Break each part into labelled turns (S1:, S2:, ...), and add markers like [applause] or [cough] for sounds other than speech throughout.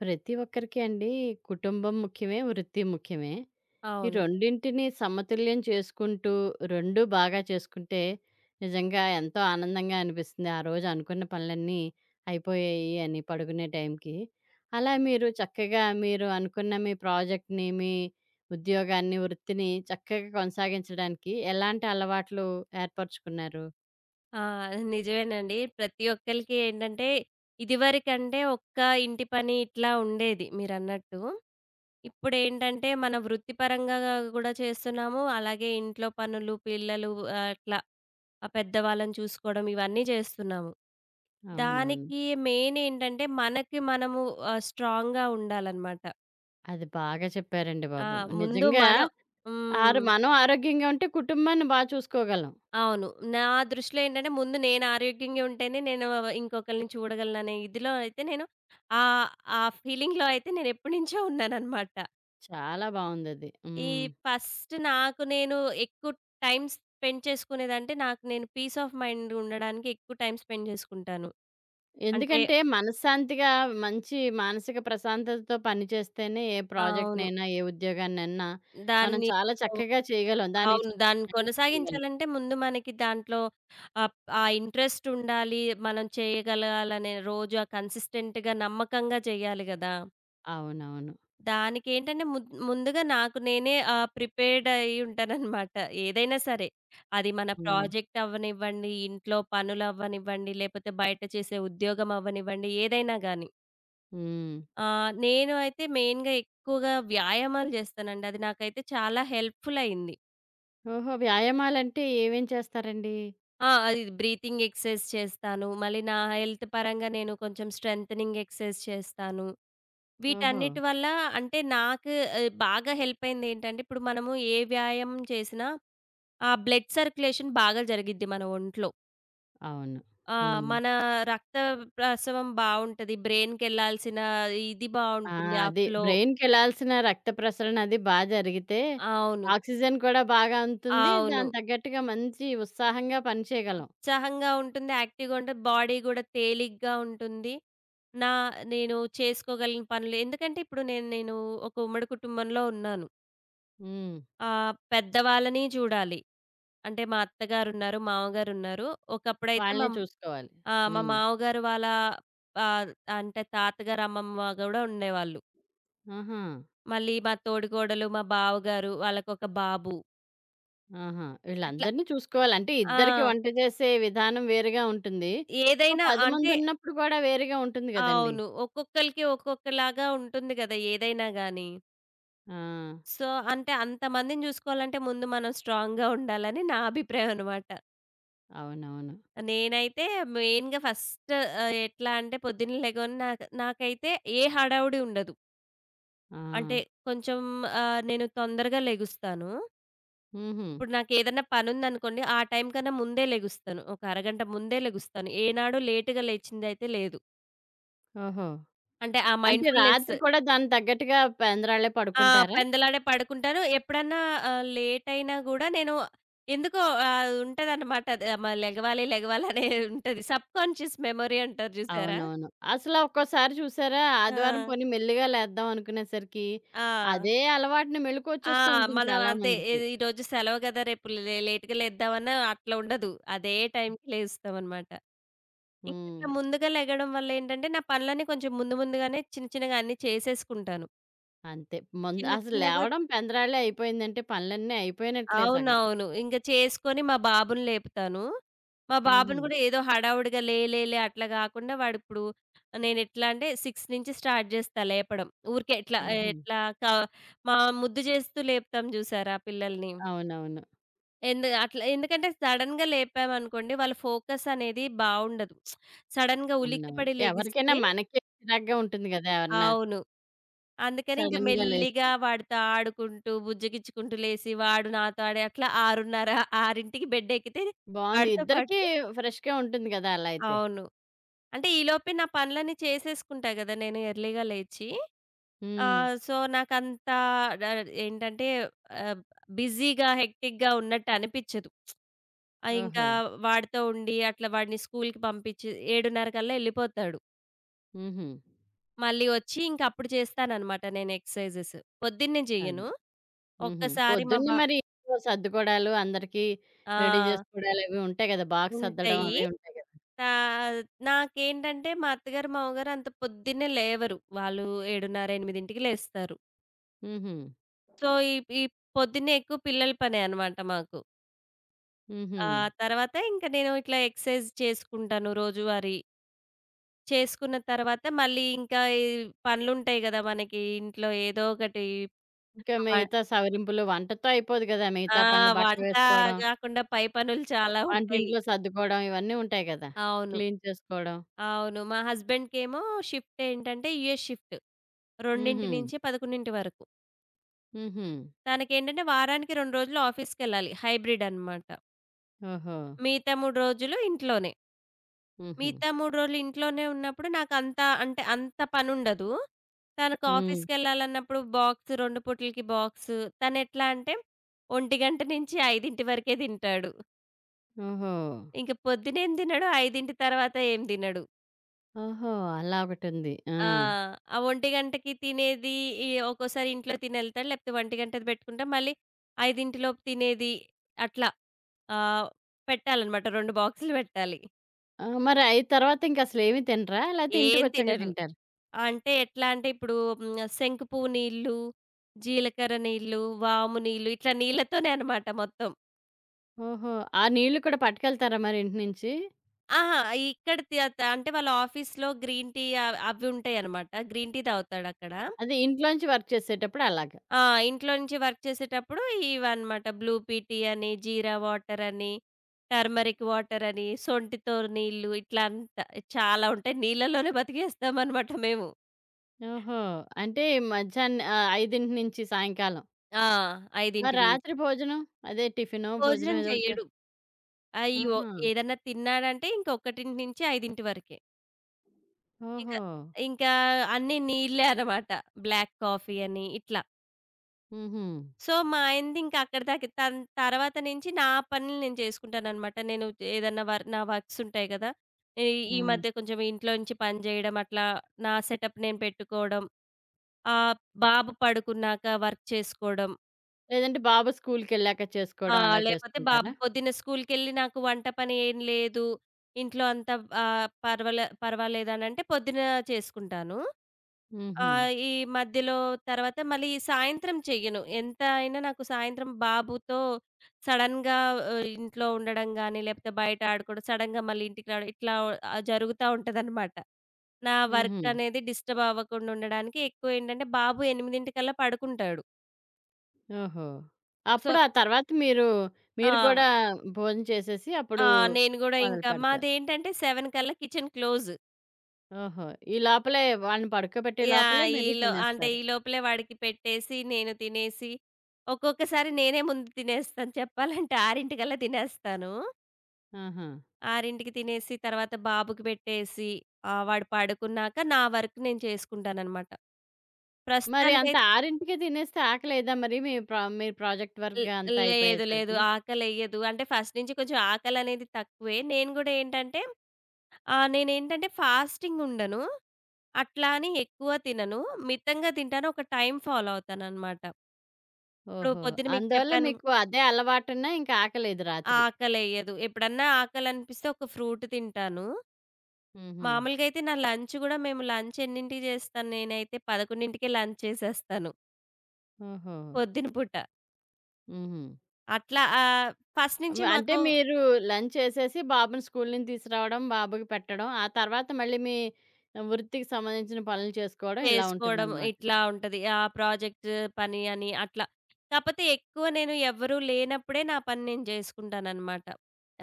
S1: ప్రతి ఒక్కరికి అండి, కుటుంబం ముఖ్యమే, వృత్తి ముఖ్యమే. ఈ
S2: అవును.
S1: రెండింటిని సమతుల్యం చేసుకుంటూ, 2 బాగా చేసుకుంటే నిజంగా ఎంతో ఆనందంగా అనిపిస్తుంది. ఆ రోజు అనుకున్న పనులన్నీ అయిపోయాయి అని పడుకునే టైంకి. అలా మీరు చక్కగా మీరు అనుకున్న మీ ప్రాజెక్ట్‌ని, మీ ఉద్యోగాన్ని, వృత్తిని చక్కగా కొనసాగించడానికి ఎలాంటి అలవాట్లు ఏర్పరుచుకున్నారు?
S2: ఆ! నిజమేనండి. ప్రతి ఒక్కళ్ళకి ఏంటంటే, ఇదివరకంటే ఒక్క ఇంటి పని ఇట్లా ఉండేది మీరన్నట్టు. ఇప్పుడేంటంటే, మన వృత్తిపరంగా గూడా చేస్తున్నాము. అలాగే ఇంట్లో పనులు, పిల్లలు అట్లా ఆ పెద్దవాళ్ళని చూసుకోవడం ఇవన్నీ చేస్తున్నాము.
S1: అవునవును.
S2: దానికి మెయిన్ ఏంటంటే, మనకి మనము స్ట్రాంగ్‌గా ఉండాలనమాట.
S1: అది బాగా చెప్పారండి
S2: ఆ!
S1: బాబు.
S2: ముందు
S1: నిజంగా
S2: మనం
S1: ఆరు
S2: హ్మ్.
S1: మనం ఆరోగ్యంగా ఉంటే కుటుంబాన్ని బా చూసుకోగలం.
S2: అవును. నా దృష్టిలో ఏంటంటే, ముందు నేను ఆరోగ్యంగా ఉంటేనే నేను ఇంకొకళ్ళని చూడగలననే ఇదిలో అయితే నేను ఆహ్, ఆ ఫీలింగ్‌లో అయితే నేనెప్పటినుంచో ఉన్నాననమాట.
S1: చాలా బావుందది.
S2: ఈ
S1: హ్మ్.
S2: ఫస్ట్ నాకు నేను ఎక్కువ టైమ్ స్పెండ్ చేసుకునేదంటే, నాకు నేను పీస్ ఆఫ్ మైండ్ ఉండడానికి ఎక్కువ టైమ్ స్పెండ్ చేసుకుంటాను. అంటే
S1: ఎందుకంటే మనశ్శాంతిగా మంచి మానసిక ప్రశాంతతతో పని చేస్తేనే ఏ
S2: అవును.
S1: ప్రాజెక్ట్‌నైనా, ఏ ఉద్యోగాన్నైనా మనం
S2: దాన్ని
S1: చాలా చక్కగా చేయగలం. దానికి
S2: అవును. దాన్ని
S1: చాలా న్యాయం చేయగలం.
S2: కొనసాగించాలంటే ముందు మనకి దాంట్లో ఆహ్, ఆ ఇంట్రెస్ట్ ఉండాలి. మనం చేయగలగాలనే రోజు ఆ కన్సిస్టెంట్‌గా, నమ్మకంగా చేయాలి గదా!
S1: అవునవును.
S2: దానికేంటంటే ముందుగా నాకు నేనే ప్రిపేర్డ్ అయ్యి ఉంటాననమాట. ఏదైనా సరే. అది మన
S1: హ్మ్.
S2: ప్రాజెక్ట్ అవ్వనివ్వండి, ఇంట్లో పనులవ్వనివ్వండి, లేపోతే బయట చేసే ఉద్యోగం అవ్వనివ్వండి, ఏదైనా గానీ.
S1: హ్మ్.
S2: నేను అయితే మెయిన్‌గా ఎక్కువగా వ్యాయామాలు జేస్తానండి. అది నాకైతే చాలా హెల్ప్‌ఫుల్ అయింది.
S1: ఓహో! వ్యాయామాలంటే ఏమేం చేస్తారండి?
S2: ఆ! అది బ్రీతింగ్ ఎక్సర్‌సైజ్ చేస్తాను. మళ్ళీ నా హెల్త్ పరంగా నేను కొంచెం స్ట్రెంథెనింగ్ ఎక్సర్‌సైజ్ చేస్తాను.
S1: ఓహో!
S2: వీటన్నిటి వల్ల అంటే నాకు బాగా హెల్ప్ అయిందేంటంటే, ఇప్పుడు మనము ఏ వ్యాయామం చేసినా ఆ బ్లడ్ సర్క్యులేషన్ బాగా జరిగిద్ది మన ఒంట్లో.
S1: అవును. హ్మ్.
S2: మన రక్త ప్రసవం బావుంటది. బ్రెయిన్‌కెళ్ళాల్సిన ఇది
S1: ఆ!
S2: బావుంటుంది. ఆ
S1: అది
S2: ఫ్లో.
S1: బ్రెయిన్‌కెళ్ళాల్సిన రక్త ప్రసరణ అది బా జరిగితే,
S2: అవును.
S1: ఆక్సిజన్ కూడా బాగా అందుతుంది.
S2: అవును.
S1: దానికి తగ్గట్టుగా మంచి ఉత్సాహంగా పని చేయగలం.
S2: ఉత్సాహంగా ఉంటుంది. యాక్టివ్‌గా ఉంటది. బాడీ గూడా తేలిగ్గా ఉంటుంది. నా నేను చేసుకోగలిగిన పనులు ఎందుకంటే ఇప్పుడు నేను నేను ఒక ఉమ్మడి కుటుంబంలో ఉన్నాను.
S1: హ్మ్.
S2: పెద్దవాళ్ళని చూడాలి. అంటే మా అత్తగారున్నారు, మామగారున్నారు. ఒకప్పుడైతే మా
S1: వాళ్ళనే చూసుకోవాలి.
S2: ఆ! మా
S1: హ్మ్.
S2: మామగారు వాళ్ళ ఆహ్, అంటే తాతగారు, అమ్మమ్మ గూడా ఉండేవాళ్ళు.
S1: ఆహా!
S2: మళ్ళీ మా తోడికోడలు, మా బావగారు వాళ్ళకొక బాబు.
S1: ఆహా!
S2: అట్లా.
S1: వీళ్ళందరిని చూసుకోవాలి. అంటే ఇద్దరికి
S2: ఆ!
S1: వంట చేసే విధానం వేరుగా ఉంటుంది. ఓ
S2: ఏదైనా
S1: 10
S2: అంటే
S1: మందున్నప్పుడు కూడా వేరుగా ఉంటుంది గదండీ!
S2: అవును. ఒక్కొక్కళ్ళకి ఒక్కొక్కలాగా ఉంటుంది గదా! ఏదైనా గాని.
S1: ఆ!
S2: సో, అంటే అంతమందిని జూసుకోవాలంటే ముందు మనం స్ట్రాంగ్‌గా ఉండాలని నా అభిప్రాయం అనమాట.
S1: అవునవును.
S2: నేనైతే మెయిన్‌గా ఫస్ట్ ఎట్లా అంటే పొద్దున్నే లెగవని నాకైతే ఏ హడావుడి ఉండదు.
S1: ఆ!
S2: అంటే కొంచెం నేను తొందరగా లెగుస్తాను.
S1: హుహు.
S2: ఇప్పుడు నాకేదన్నా పనుందనుకోండి, ఆ టైం కన్నా ముందే లెగుస్తాను. ఒక అరగంట ముందే లెగుస్తాను. ఏనాడు లేట్‌గా లేచిందయితే లేదు.
S1: ఓహో!
S2: అంటే ఆ
S1: అంటే
S2: మైండ్‌ఫుల్‌నెస్.
S1: రాత్రి కూడా దానికి తగ్గట్టుగా పెందరాళ్ళే
S2: ఆ!
S1: పడుకుంటారా?
S2: పెందలాడే పడుకుంటాను. ఎప్పుడన్నా లేటయినా గూడా నేను ఎందుకో ఉంటదనమాట. అది లెగవాలి, లెగవాలి అనే ఉంటది. సబ్‌కాన్షియస్ మెమరీ అంటారు జూసారా?
S1: అవునవును. అసలా ఒక్కోసారి చూసారా
S2: ఆ!
S1: ఆదివారం పోనీ మెల్లిగా లేద్దాం అనుకునేసరికి,
S2: ఆ!
S1: అదే అలవాటున
S2: ఆ!
S1: మెలుకువొచ్చేస్తూ ఉంటుంది
S2: మనం
S1: చాలా
S2: అంతే
S1: మందికి.
S2: ఏది ఈరోజు సెలవు గదా! రేపు లేట్‌గా లేద్దామన్నా అట్లా ఉండదు. అదే టైంకి లేస్తామనమాట. ఇంకా
S1: హ్మ్.
S2: అట్లా ముందుగా లెగడం వల్లేంటంటే, నా పనులన్నీ కొంచెం ముందుగానే చిన్న చిన్నగా అన్నీ చేసేసుకుంటాను.
S1: అంతే. ముందు
S2: చిన్న
S1: అసలు
S2: చిన్నగా
S1: లేవడం పెందరాలే అయిపోయిందంటే పనులన్నీ అయిపోయినట్లే సగం.
S2: అవునవును. ఇంక చేసుకొని మా బాబుని లేపుతాను. మా
S1: హుహు.
S2: బాబుని కూడా ఏదో హడావుడిగా లే లే లే అట్లా గాకుండా వాడిప్పుడు నేనెట్లా అంటే 6 నుంచి స్టార్ట్ జేస్తా లేపడం. ఊరికే ఎట్లా
S1: హుహు.
S2: ఎట్లా క మా ముద్దు చేస్తూ లేపుతాం జూసారా పిల్లల్ని.
S1: అవునవును.
S2: ఎందుకంటే సడెన్‌గా లేపామనుకోండి వాళ్ళ ఫోకస్ అనేది బావుండదు. సడెన్‌గా
S1: అవునవును.
S2: ఉలిక్కిపడి
S1: ఎవరికైనా
S2: లెగిస్తే
S1: మనకే చిరాగ్గా ఉంటుంది గదా! ఎవరన్నా
S2: అవును. అందుకని ఇంక
S1: సడెన్‌గా లేస్తే.
S2: మెల్లిగా వాడితో ఆడుకుంటూ, బుజ్జగించుకుంటూ లేసి, వాడు నాతో ఆడి అట్లా 6:30, 6కి బెడ్డెక్కితే
S1: బావుంది.
S2: వాడితో
S1: ఇద్దరికీ
S2: పాటు
S1: ఫ్రెష్‌గా ఉంటుంది గదా! అలా అయితే.
S2: అవును. అంటే ఈలోపే నా పనులన్నీ చేసేసుకుంటా గదా! నేను ఎర్లీగా లేచి.
S1: హ్మ్.
S2: సో, నాకంత డ ఏంటంటే ఆహ్, బిజీగా, హెక్టిక్‌గా ఉన్నట్టు అనిపిచ్చదు. ఇంకా
S1: ఓహో!
S2: వాడితో ఉండి అట్లా వాడిని స్కూలుకి పంపించి 7:30 కల్లా ఎళ్ళిపోతాడు.
S1: హుహు.
S2: మళ్ళీ ఒచ్చి ఇంకప్పుడు చేస్తాననమాట నేను ఎక్సర్‌సైజెస్. పొద్దున్నే
S1: అది.
S2: జెయ్యను.
S1: హుహు.
S2: ఒక్కసారి మా
S1: పొద్దున్నే
S2: బా
S1: మరి ఇంట్లో సర్దుకోవడాలు, అందరికీ రెడీ
S2: ఆ!
S1: చేసుకోవడాలు అవి ఉంటాయి గదా! బాక్స్ సర్దడం
S2: ఉంటాయి.
S1: అవి ఉంటాయి గదా!
S2: తా నాకేంటంటే మా అత్తగారు, మామగారు అంత పొద్దున్నే లేవరు. వాళ్ళు 7:30, 8కి లేస్తారు.
S1: హుహు.
S2: సో, ఈ ఈ పొద్దున్నే ఎక్కువ పిల్లల పనే అనమాట మాకు.
S1: హుహు.
S2: ఆ తర్వాత ఇంక నేను ఇట్లా ఎక్సర్సైజ్ చేసుకుంటాను రోజువారీ. చేసుకున్న తర్వాత మళ్ళీ ఇంకా ఈ పనులుంటాయి గదా! మనకి ఇంట్లో ఏదో ఒకటి
S1: ఇంకా
S2: వ
S1: మిగతా సవరింపులు వంటతో అయిపోదు గదా!
S2: ఆ!
S1: మిగతా పనులు బట్టలు
S2: వంట
S1: వేసుకోవడం,
S2: గాకుండా పై పనులు చాలా ఉంటాయి.
S1: వంటింట్లో సర్దుకోవడం ఇవన్నీ ఉంటాయి గదా!
S2: అవును.
S1: క్లీన్ చేసుకోవడం.
S2: అవును. మా హస్బెండ్‌కేమో షిఫ్ట్ ఏంటంటే యూఎస్ షిఫ్ట్.
S1: హుహు.
S2: 2:00-11:00 వరకు.
S1: హుహు.
S2: తనకేంటంటే వారానికి 2 రోజులు ఆఫీస్‌కెళ్ళాలి. హైబ్రిడ్ అన్నమాట.
S1: ఓహో!
S2: మిగతా 3 రోజులు ఇంట్లోనే.
S1: హుహు.
S2: మిగతా 3 రోజులు ఇంట్లోనే ఉన్నప్పుడు నాకంత అంటే అంత పనుండదు. తనకు
S1: హ్మ్.
S2: ఆఫీస్‌కెళ్ళాలన్నప్పుడు బాక్స్ 2 పూటలకి బాక్స్. తనెట్లా అంటే 1:00 నుంచి 5:00 వరకే తింటాడు.
S1: ఓహో!
S2: ఇంక పొద్దునేం తినడు, 5:00 తర్వాత ఏం తినడు.
S1: ఓహో! అలా ఒకటుంది. ఆ!
S2: ఆ! ఆ 1:00కి తినేది ఈ ఒక్కోసారి ఇంట్లో తినెళ్తాడు. లేకపోతే 1:00ది పెట్టుకుంటాం. మళ్ళీ 5:00లోపు తినేది అట్లా ఆహ్, పెట్టాలనమాట 2 బాక్సులు పెట్టాలి.
S1: ఆ! మరి అయి తర్వాత ఇంక అసలేమి తినరా? లేతే
S2: ఏం
S1: ఇంటికొచ్చాక
S2: తినరు.
S1: తింటారా?
S2: అంటే ఎట్లా అంటే ఇప్పుడు హ్మ్. శంకు పువ్వు నీళ్ళు, జీలకర్ర నీళ్ళు, వాము నీళ్ళు ఇట్లా నీళ్ళతోనే అనమాట మొత్తం.
S1: ఓహో! ఆ నీళ్లు కూడా పట్టుకెళ్తారా మరి ఇంటి నుంచి?
S2: అహా! ఇక్కడ త త అంటే వాళ్ళ ఆఫీస్‌లో గ్రీన్ టీ అవి ఉంటాయనమాట. గ్రీన్ టీ తాగుతాడక్కడ.
S1: అదే ఇంట్లోంచి వర్క్ చేసేటప్పుడు అలాగా.
S2: ఆ! ఇంట్లో నుంచి వర్క్ చేసేటప్పుడు ఇవన్నమాట. బ్లూ పీటీ అని, జీరా వాటర్ అని, టర్మరిక్ వాటర్ అని, సొంటితో నీళ్ళు ఇట్లా అంతా చాలా ఉంటాయి. నీళ్ళలోనే బతికేస్తామనమాట మేము.
S1: ఓహో! అంటే మధ్యాహ్నం 5 నుంచి సాయంకాలం.
S2: ఆ! 5
S1: మరి
S2: నుంచి.
S1: రాత్రి భోజనం? అదే టిఫినో, భోజనం
S2: భోజనం
S1: ఏదో ఒకటి
S2: చెయ్యడు. అయ్యో!
S1: ఆహా!
S2: ఏదన్నా తిన్నాడంటే ఇంక 1-5 వరకే. ఇంక
S1: ఓహో!
S2: ఇంకా అన్నీ నీళ్ళే అనమాట. బ్లాక్ కాఫీ అని ఇట్లా.
S1: హుహు.
S2: సో, మా ఆయనది ఇంకా అక్కడి దాకే. తర్వాత నుంచి నా పనులు నేను చేసుకుంటాననమాట. నేను ఏదన్నా నా వర్క్స్ ఉంటాయి గదా! ఈ ఈ
S1: హ్మ్.
S2: మధ్య కొంచెం ఇంట్లో నుంచి పని జేయడం అట్లా నా సెటప్ నేను పెట్టుకోవడం. ఆహ్, బాబు పడుకున్నాక వర్క్ చేసుకోవడం.
S1: లేదంటే బాబు స్కూలుకెళ్ళాక
S2: ఆ!
S1: చేసుకోవడం అలా
S2: లేపోతే బాబు
S1: చేసుకుంటారా?
S2: పొద్దున్న స్కూల్‌కెళ్ళి నాకు వంట పని ఏం లేదు. ఇంట్లో అంతా పర్వాలేదనంటే పొద్దున చేసుకుంటాను. ఆ!
S1: హుహు.
S2: ఈ మధ్యలో తర్వాత మళ్ళీ ఈ సాయంత్రం చెయ్యను. ఎంత అయినా నాకు సాయంత్రం బాబుతో సడెన్‌గా ఇంట్లో ఉండడం గానీ, లేపోతే బయట ఆడుకోవడం, సడెన్‌గా మళ్ళీ ఇంటికి రావడం ఇట్లా జరుగుతా ఉంటదనమాట. నా
S1: హుహు.
S2: వర్క్ అనేది డిస్టర్బ్ అవ్వకుండా ఉండడానికి ఎక్కువేంటంటే బాబు 8ల పడుకుంటాడు.
S1: ఓహో!
S2: సో
S1: అప్పుడు ఆ తర్వాత మీరు, మీరు
S2: ఆ!
S1: కూడా భోజనం చేసేసి అప్పుడు
S2: ఆ! నేను గూడా ఇంకా
S1: మొదలుపెడతారు.
S2: మాదేంటంటే 7 కల్లా కిచెన్ క్లోజ్.
S1: ఓహో! ఈ లోపలే వాళ్ళని పడుకోబెట్టే లోపలే
S2: యాహ్!
S1: మీరు
S2: ఈలో అంటే
S1: తినేస్తారు.
S2: ఈ లోపలే వాడికి పెట్టేసి, నేను తినేసి, ఒక్కొక్కసారి నేనే ముందు తినేస్తాను చెప్పాలంటే 6:00కల్లా తినేస్తాను.
S1: ఆహా!
S2: 6:00కి తినేసి తర్వాత బాబుకి పెట్టేసి, వాడు పడుకున్నాక నా వర్క్ నేను చేసుకుంటాననమాట.
S1: మరి అంత
S2: ప్రస్తుతానికైతే
S1: 6కే తినేస్తే ఆకలేయదా మరి మీ మీరు ప్రాజెక్ట్
S2: ల్
S1: వర్క్ అంతా
S2: లేదు. లేదు.
S1: అయిపోయేసరికి?
S2: ఆకలెయ్యదు. అంటే ఫస్ట్ నుంచి కొంచెం ఆకలనేది తక్కువే. నేను గూడా ఏంటంటే నేనేంటంటే ఫాస్టింగ్ ఉండను. అట్లా అని ఎక్కువ తినను. మితంగా తింటాను. ఒక టైమ్ ఫాలో అవుతాననమాట. ఇప్పుడు
S1: ఓహో!
S2: పొద్దున మీకు
S1: అందువల్ల
S2: చెప్పాను.
S1: మీకు అదే అలవాటున్నా ఇంకా ఆకలేదు రాత్రి.
S2: ఆకలెయ్యదు. ఎప్పుడన్నా ఆకలనిపిస్తే ఒక ఫ్రూట్ తింటాను.
S1: హుహు.
S2: మామూలుగా అయితే నా లంచ్ గూడా మేము లంచ్ ఎన్నింటికి జేస్తాను నేనైతే 11కే లంచ్ చేసేస్తాను.
S1: ఓహో!
S2: పొద్దున పూట.
S1: హుహు.
S2: అట్లా ఫస్ట్
S1: మ
S2: నుంచి
S1: అంటే
S2: మాకు
S1: మీరు లంచ్ చేసేసి బాబుని స్కూలు నుంచి తీసుకురావడం, బాబుకి పెట్టడం, ఆ తర్వాత మళ్ళీ మీ వృత్తికి సంబంధించిన పనులు చేసుకోవడం ఇలా
S2: చేసుకోవడం
S1: ఉంటుందన్నమాట.
S2: ఇట్లా ఉంటది. ఆ ప్రాజెక్ట్ పని అని అట్లా. కాపోతే ఎక్కువ నేను ఎవ్వరూ లేనప్పుడే నా పని నేను జేసుకుంటాననమాట.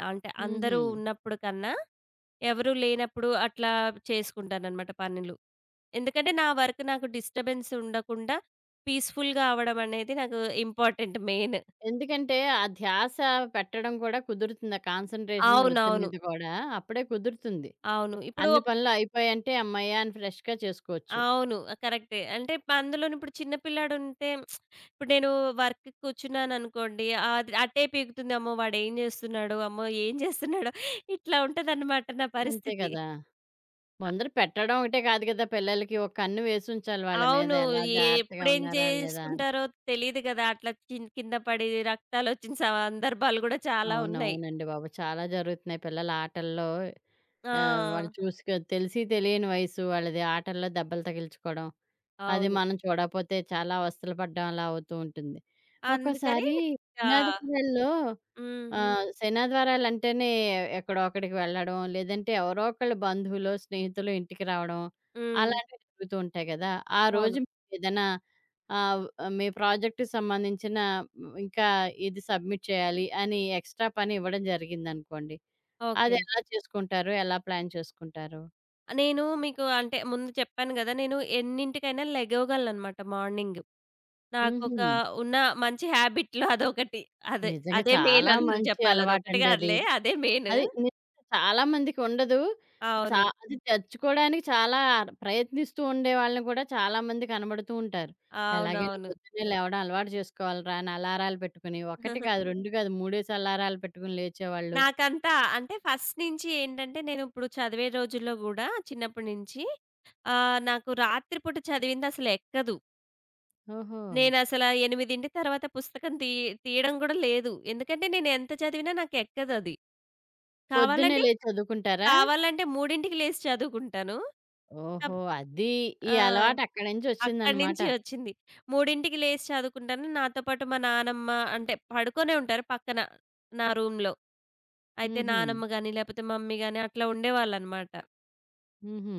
S2: అంటే
S1: హుహు.
S2: అందరూ ఉన్నప్పుడు కన్నా ఎవరూ లేనప్పుడు అట్లా చేసుకుంటాననమాట పనులు. ఎందుకంటే నా వర్క్ నాకు డిస్టర్బెన్స్ ఉండకుండా పీస్‌ఫుల్‌గా అవ్వడం అనేది నాకు ఇంపార్టెంట్ మెయిన్.
S1: ఎందుకంటే ఆ ధ్యాస పెట్టడం కూడా కుదురుతుంది. ఆ కాన్సంట్రేషన్ వృత్తి
S2: అవునవును.
S1: మీద కూడా అప్పుడే కుదురుతుంది.
S2: అవును. ఇప్పుడు
S1: అన్ని
S2: ఒక్
S1: పనులు అయిపోయాయంటే హమ్మయ్య! అని ఫ్రెష్‌గా చేసుకోవచ్చు.
S2: అవును. కరెక్టే. అంటే ఇప్పుడు అందులోను ఇప్పుడు చిన్న పిల్లాడుంటే ఇప్పుడు నేను వర్క్‌కి కూర్చున్నాననుకోండి అది అటే పీకుతుంది. అమ్మో! వాడేం చేస్తున్నాడో, అమ్మో! ఏం చేస్తున్నాడో ఇట్లా ఉంటదన్నమాట నా
S1: అంతే
S2: పరిస్థితి.
S1: కదా! ముందర పెట్టడం ఒకటే కాదు కదా! పిల్లలకి ఒక కన్ను వేసుంచాలి వాళ్ళ మీద
S2: అవును.
S1: ఎలా జాగ్రత్తగా
S2: ఎప్పుడేం
S1: ఉన్నారా లేదా అని.
S2: చేసుకుంటారో తెలీదు కదా! అట్లా కింద పడి రక్తాలొచ్చిన సందర్భాలు కూడా చాలా ఉన్నాయి.
S1: అవునవునండి బాబు. చాలా జరుగుతున్నాయి పిల్లల ఆటల్లో. వాళ్ళు
S2: ఆ!
S1: చూసుకు తెలిసి తెలియని వయసు వాళ్ళది ఆటల్లో దెబ్బలు తగిలించుకోవడం. అది
S2: అవును.
S1: మనం చూడకపోతే చాలా అవస్థలు పడ్డం అలా అవుతూ ఉంటుంది.
S2: అందుకని
S1: ఒక్కోసారి నినాది.
S2: ఆహ్,
S1: హ్మ్.
S2: హ్మ్.
S1: సేనాద్వారాలంటేనే ఎక్కడో అక్కడికి వెళ్ళడం, లేదంటే ఎవరో ఒకళ్ళ బంధువులో, స్నేహితులో ఇంటికి రావడం
S2: హ్మ్.
S1: అలాంటివి జరుగుతూ ఉంటాయి గదా! ఆ
S2: అవును.
S1: రోజు మీకేదైనా ఆహ్, మీ ప్రాజెక్ట్‌కి సంబంధించిన ఇంకా ఇది సబ్మిట్ చేయాలి అని ఎక్స్‌ట్రా పని ఇవ్వడం జరిగిందనుకోండి. అది
S2: ఓకే.
S1: ఎలా చేసుకుంటారు? ఎలా ప్లాన్ చేసుకుంటారు?
S2: నేను మీకు అంటే ముందు చెప్పాను గదా! నేను ఎన్నింటికైనా లెగవగలననమాట మార్నింగ్. నాకొక
S1: హుహు.
S2: ఉన్న మంచి హ్యాబిట్‌లో అదొకటి. అదే,
S1: నిజంగా
S2: అదే మెయిన్
S1: చాలా
S2: అని
S1: మంచి
S2: జెప్పాలి. అదొకటి
S1: అలవాటండి అది.
S2: గాదులే. అదే మెయిన్.
S1: అది ని చాలా మందికుండదు. చా
S2: అవును.
S1: అది తెచ్చుకోవడానికి చాలా ప్రయత్నిస్తూ ఉండేవాళ్ళని కూడా చాలామంది కనబడుతూ ఉంటారు. ఎలాగైనా
S2: అవునవును.
S1: పొద్దున్నే లేవడం అలవాటు చేసుకోవాలిరా అని అలారాలు పెట్టుకుని, 1 కాదు, 2 కాదు, 3 అలారాలు పెట్టుకుని లేచేవాళ్ళు.
S2: నాకంతా అంటే ఫస్ట్ నుంచి ఏంటంటే నేనిప్పుడు చదివే రోజుల్లో గూడా చిన్నప్పటి నుంచి నాకు రాత్రి పూట చదివిందసలెక్కదు.
S1: ఓహో!
S2: నేనసల 8 తర్వాత పుస్తకం తీయడం గూడా లేదు. ఎందుకంటే నేను ఎంత చదివినా నాకెక్కదది.
S1: పొద్దున్నే
S2: కావాలంటే,
S1: లేచి చదువుకుంటారా?
S2: కావాలంటే 3కి లేసి చదువుకుంటాను.
S1: ఓహో!
S2: అప్
S1: అది. ఈ
S2: ఆ!
S1: అలవాటు అక్కడి నుంచి
S2: అక్కడి
S1: వచ్చిందన్నమాట.
S2: నుంచి ఒచ్చింది. 3కి లేసి చదువుకుంటాను. నాతో పాటు మా నానమ్మ అంటే పడుకొనే ఉంటారు పక్కన నా రూమ్‌లో. అయితే
S1: హుహు.
S2: నానమ్మ గాని, లేపోతే మమ్మీ గాని అట్లా ఉండేవాళ్ళనమాట.
S1: హుహు.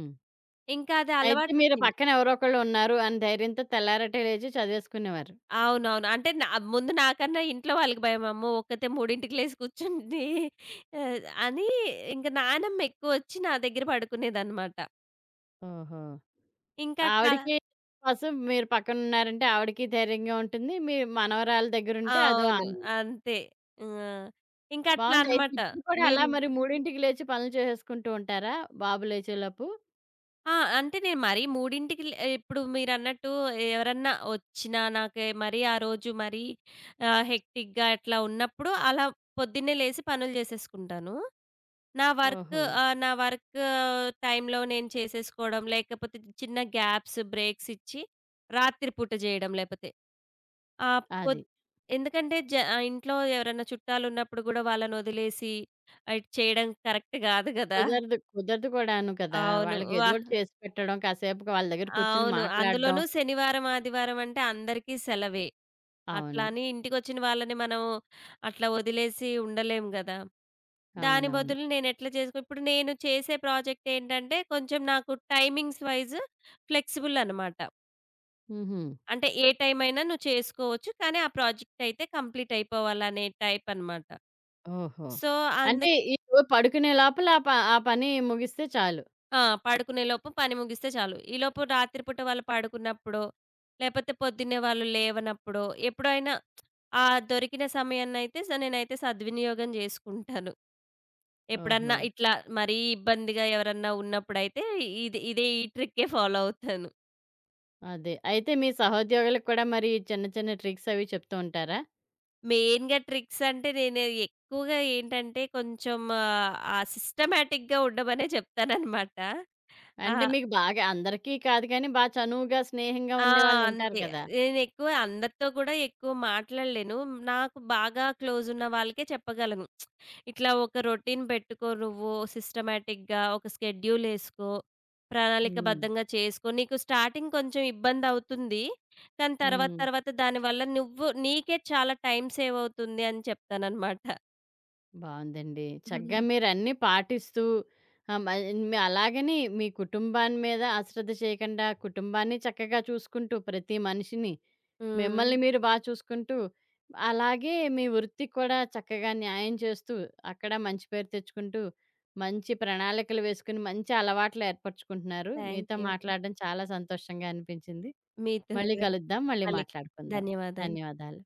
S2: ఇంకా అది
S1: అయితే మీరు
S2: అలవాటయిపోయింది.
S1: పక్కన ఎవరో ఒకళ్ళు ఉన్నారు అని ధైర్యంతో తెల్లారటే లేచి చదివేసుకునేవారు.
S2: అవునవును. అంటే నా ముందు నాకన్నా ఇంట్లో వాళ్ళకి భయం. అమ్మో! ఒక్కతే మూడింటికి లేసి కూర్చుంది ఆహ్, అని ఇంక నానమ్మ ఎక్కువొచ్చి నా దగ్గర పడుకునేదనమాట.
S1: ఓహో!
S2: ఇంకట్లా
S1: ఆవిడకి కోసం మీరు పక్కనున్నారంటే ఆవిడకి ధైర్యంగా ఉంటుంది. మీ మనవరాల దగ్గరుంటే అదో
S2: అవును.
S1: ఆనందం.
S2: అంతే. ఆ! ఇంకట్లా
S1: బావుంది. అయితే
S2: అనమాట.
S1: ఇప్పుడు కూడా అలా
S2: మీరు
S1: మరి 3కి లేచి పనులు చేసేసుకుంటూ ఉంటారా? బాబు లేచేలోపు?
S2: ఆ! అంటే నేను మరీ 3కి లే ఇప్పుడు మీరన్నట్టు ఎవరన్నా వచ్చినా నాకే మరీ ఆ రోజు మరీ హెక్టిక్‌గా అట్లా ఉన్నప్పుడు అలా పొద్దున్నే లేసి పనులు చేసేసుకుంటాను. నా వర్క్
S1: ఓహో!
S2: నా వర్క్ టైంలో నేను చేసేసుకోవడం, లేకపోతే చిన్న గ్యాప్స్, బ్రేక్స్ ఇచ్చి రాత్రి పూట చేయడం లేపోతే. ఆహ్,
S1: అది.
S2: పొద్ ఎందుకంటే ఇంట్లో ఎవరైనా చుట్టాలున్నప్పుడు గూడా వాళ్ళనొదిలేసి ఇటు చేయడం కరెక్ట్ గాదు గదా!
S1: కుదరదు. కుదరదు కూడాను కదా!
S2: అవును.
S1: వాళ్ళకి ఏదోటి చేసి పెట్టడం, కాసేపు వాళ్ళ దగ్గర కూర్చొని
S2: అవును.
S1: మాట్లాడడం.
S2: అందులోనూ శనివారం, ఆదివారం అంటే అందరికీ సెలవే. అట్లా
S1: అవును.
S2: అని ఇంటికొచ్చిన వాళ్ళని మనం అట్లా వదిలేసి ఉండలేం గదా! దాని
S1: అవునవును.
S2: బదులు నేనెట్లా చేసుకో ఇప్పుడు నేను చేసే ప్రాజెక్టేంటంటే కొంచెం నాకు టైమింగ్స్ వైస్ ఫ్లెక్సిబుల్ అనమాట.
S1: హుహు.
S2: అంటే ఏ టైమైనా నువ్వు చేసుకోవచ్చు. కానీ ఆ ప్రాజెక్ట్ అయితే కంప్లీట్ అయిపోవాలనే టైప్ అనమాట.
S1: ఓహో!
S2: సో,
S1: అంటే
S2: అందుకని
S1: ఈ పడుకునే లోపల ఆ పని ముగిస్తే చాలు.
S2: ఆ! పడుకునేలోపు పని ముగిస్తే చాలు. ఈలోపు రాత్రిపూట వాళ్ళు పడుకున్నప్పుడో, లేపోతే పొద్దున్నే వాళ్ళు లేవనప్పుడో, ఎప్పుడైనా ఆ దొరికిన సమయాన్నయితే నేనైతే సద్వినియోగం జేసుకుంటాను.
S1: ఓహో!
S2: ఎప్పుడన్నా ఇట్లా మరీ ఇబ్బందిగా ఎవరన్నా ఉన్నప్పుడైతే ఇది ఇదే ఈ ట్రిక్కే ఫాలో అవుతాను.
S1: అదే. అయితే మీ సహోద్యోగులకు కూడా మరి చిన్న చిన్న ట్రిక్స్ అవి చెప్తూ ఉంటారా?
S2: మెయిన్‌గా ట్రిక్స్ అంటే నేను ఎక్కువగా ఏంటంటే కొంచెం ఆ సిస్టమాటిక్‌గా ఉండమనే చెప్తాననమాట. ఆ!
S1: అంటే మీకు బాగా అందరికీ కాదు కానీ, బా చనువుగా, స్నేహంగా
S2: ఆ!
S1: ఉండేవాళ్ళుంటారు
S2: అంతే.
S1: కదా!
S2: నేనెక్కువ అందరితో కూడా ఎక్కువ మాట్లాడలేను. నాకు బాగా క్లోజున్న వాళ్ళకే చెప్పగలను. ఇట్లా ఒక రొటీన్ పెట్టుకో నువ్వు సిస్టమాటిక్‌గా, ఒక స్కెడ్యూలేసుకో,
S1: హ్మ్.
S2: ప్రణాళికబద్ధంగా చేసుకో. నీకు స్టార్టింగ్ కొంచెం ఇబ్బందవుతుంది. కానీ తర్వాత
S1: హ్మ్.
S2: తర్వాత దానివల్ల నువ్వు నీకే చాలా టైం సేవవుతుంది అని చెప్తాననమాట.
S1: బావుందండి. చక్కగా
S2: [laughs]
S1: మీరన్నీ పాటిస్తూ ఆహ్, మల్ మీ అలాగని మీ కుటుంబాన్ని మీద అశ్రద్ధ చేయకుండా, కుటుంబాన్ని చక్కగా చూసుకుంటూ ప్రతి మనిషిని,
S2: హ్మ్.
S1: మిమ్మల్ని మీరు బా చూసుకుంటూ, అలాగే మీ వృత్తికి కూడా చక్కగా న్యాయం చేస్తూ, అక్కడ మంచి పేరు తెచ్చుకుంటూ, మంచి ప్రణాళికలు వేసుకుని, మంచి అలవాట్లు ఏర్పరచుకుంటున్నారు.
S2: థ్యాంక్
S1: మీతో
S2: యూ అండి.
S1: మాట్లాడడం చాలా సంతోషంగా అనిపించింది.
S2: మీతో
S1: మళ్ళీ
S2: కూడా.
S1: కలుద్దాం. మళ్ళీ
S2: మళ్ళీ
S1: మాట్లాడుకుందాం.
S2: ధన్యవాదాలు.
S1: ధన్యవాదాలు.